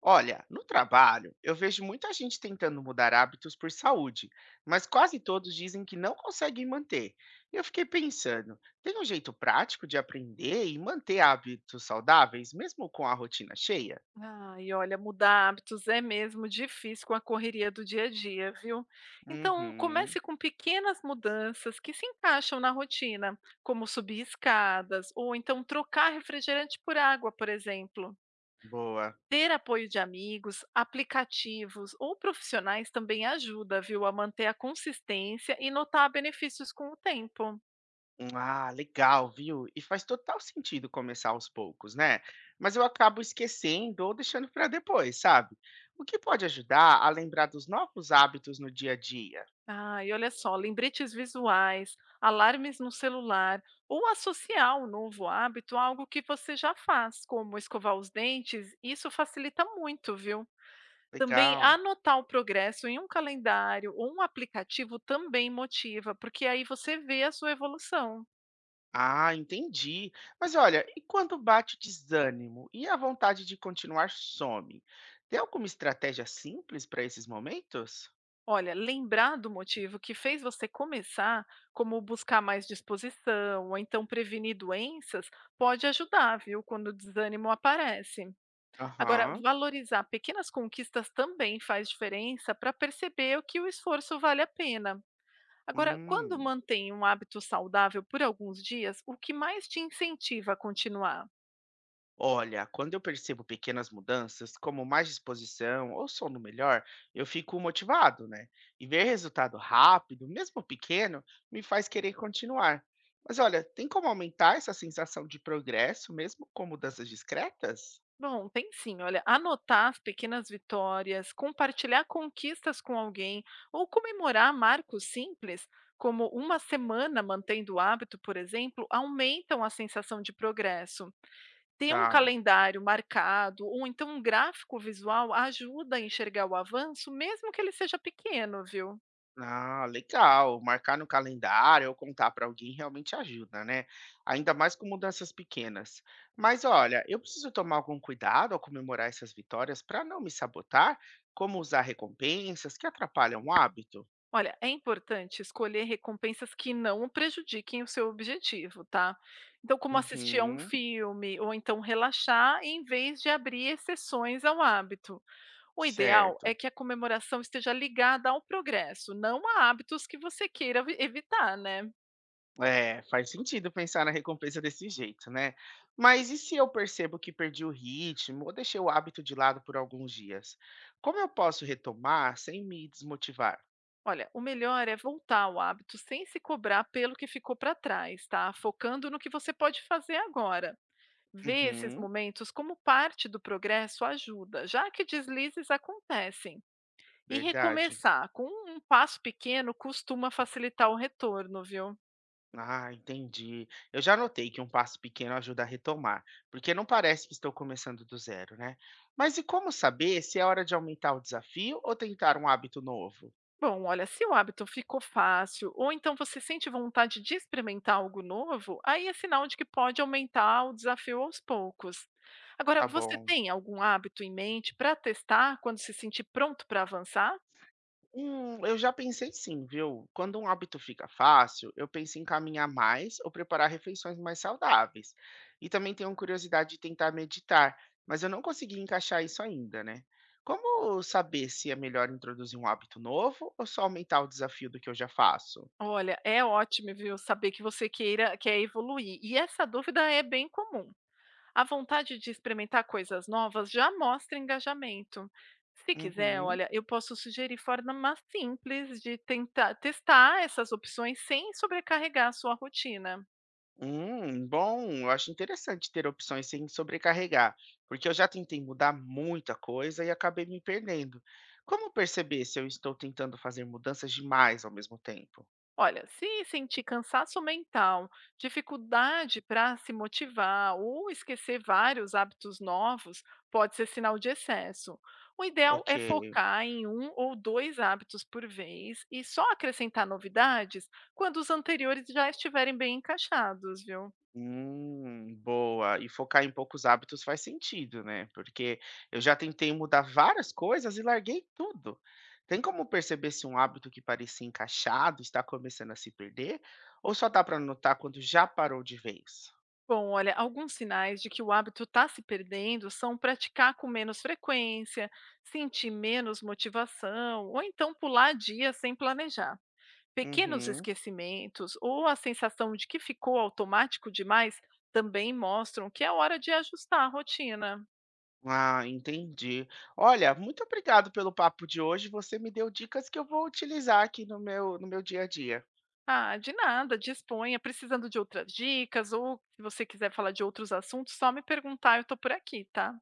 Olha, no trabalho, eu vejo muita gente tentando mudar hábitos por saúde, mas quase todos dizem que não conseguem manter. E eu fiquei pensando, tem um jeito prático de aprender e manter hábitos saudáveis, mesmo com a rotina cheia? E olha, mudar hábitos é mesmo difícil com a correria do dia a dia, viu? Então, Uhum. comece com pequenas mudanças que se encaixam na rotina, como subir escadas ou então trocar refrigerante por água, por exemplo. Boa. Ter apoio de amigos, aplicativos ou profissionais também ajuda, viu, a manter a consistência e notar benefícios com o tempo. Ah, legal, viu? E faz total sentido começar aos poucos, né? Mas eu acabo esquecendo ou deixando para depois, sabe? O que pode ajudar a lembrar dos novos hábitos no dia a dia? Ah, e olha só, lembretes visuais, alarmes no celular, ou associar o novo hábito a algo que você já faz, como escovar os dentes, isso facilita muito, viu? Também Legal. anotar o progresso em um calendário ou um aplicativo também motiva, porque aí você vê a sua evolução. Ah, entendi. Mas olha, e quando bate o desânimo e a vontade de continuar some? Tem alguma estratégia simples para esses momentos? Olha, lembrar do motivo que fez você começar, como buscar mais disposição, ou então prevenir doenças, pode ajudar, viu, quando o desânimo aparece. Agora, Aham. valorizar pequenas conquistas também faz diferença para perceber o que o esforço vale a pena. Agora, quando Hum. mantém um hábito saudável por alguns dias, o que mais te incentiva a continuar? Olha, quando eu percebo pequenas mudanças, como mais disposição ou sono melhor, eu fico motivado, né? E ver resultado rápido, mesmo pequeno, me faz querer continuar. Mas olha, tem como aumentar essa sensação de progresso, mesmo com mudanças discretas? Bom, tem sim, olha, anotar as pequenas vitórias, compartilhar conquistas com alguém ou comemorar marcos simples, como uma semana mantendo o hábito, por exemplo, aumentam a sensação de progresso. Ter um Tá. calendário marcado ou então um gráfico visual ajuda a enxergar o avanço, mesmo que ele seja pequeno, viu? Ah, legal. Marcar no calendário ou contar para alguém realmente ajuda, né? Ainda mais com mudanças pequenas. Mas olha, eu preciso tomar algum cuidado ao comemorar essas vitórias para não me sabotar, como usar recompensas que atrapalham o hábito. Olha, é importante escolher recompensas que não prejudiquem o seu objetivo, tá? Então, como assistir a um Uhum. filme ou então relaxar em vez de abrir exceções ao hábito. O ideal é Certo. que a comemoração esteja ligada ao progresso, não a hábitos que você queira evitar, né? É, faz sentido pensar na recompensa desse jeito, né? Mas e se eu percebo que perdi o ritmo ou deixei o hábito de lado por alguns dias? Como eu posso retomar sem me desmotivar? Olha, o melhor é voltar ao hábito sem se cobrar pelo que ficou para trás, tá? Focando no que você pode fazer agora. Ver esses Uhum. momentos como parte do progresso ajuda, já que deslizes acontecem. E Verdade. recomeçar com um passo pequeno costuma facilitar o retorno, viu? Ah, entendi. Eu já notei que um passo pequeno ajuda a retomar, porque não parece que estou começando do zero, né? Mas e como saber se é hora de aumentar o desafio ou tentar um hábito novo? Bom, olha, se o hábito ficou fácil ou então você sente vontade de experimentar algo novo, aí é sinal de que pode aumentar o desafio aos poucos. Agora, Tá você bom. tem algum hábito em mente para testar quando se sentir pronto para avançar? Eu já pensei sim, viu? Quando um hábito fica fácil, eu penso em caminhar mais ou preparar refeições mais saudáveis. E também tenho curiosidade de tentar meditar, mas eu não consegui encaixar isso ainda, né? Como saber se é melhor introduzir um hábito novo ou só aumentar o desafio do que eu já faço? Olha, é ótimo, viu, saber que você queira quer evoluir. E essa dúvida é bem comum. A vontade de experimentar coisas novas já mostra engajamento. Se quiser, Uhum. olha, eu posso sugerir formas simples de tentar testar essas opções sem sobrecarregar a sua rotina. Bom, eu acho interessante ter opções sem sobrecarregar, porque eu já tentei mudar muita coisa e acabei me perdendo. Como perceber se eu estou tentando fazer mudanças demais ao mesmo tempo? Olha, se sentir cansaço mental, dificuldade para se motivar ou esquecer vários hábitos novos, pode ser sinal de excesso. O ideal Ok, é focar em um ou dois hábitos por vez e só acrescentar novidades quando os anteriores já estiverem bem encaixados, viu? Boa. E focar em poucos hábitos faz sentido, né? Porque eu já tentei mudar várias coisas e larguei tudo. Tem como perceber se um hábito que parecia encaixado está começando a se perder? Ou só dá para notar quando já parou de vez? Bom, olha, alguns sinais de que o hábito está se perdendo são praticar com menos frequência, sentir menos motivação ou então pular dias sem planejar. Pequenos Uhum. esquecimentos ou a sensação de que ficou automático demais também mostram que é hora de ajustar a rotina. Ah, entendi. Olha, muito obrigado pelo papo de hoje. Você me deu dicas que eu vou utilizar aqui no meu dia a dia. Ah, de nada, disponha. Precisando de outras dicas ou se você quiser falar de outros assuntos, só me perguntar, eu tô por aqui, tá?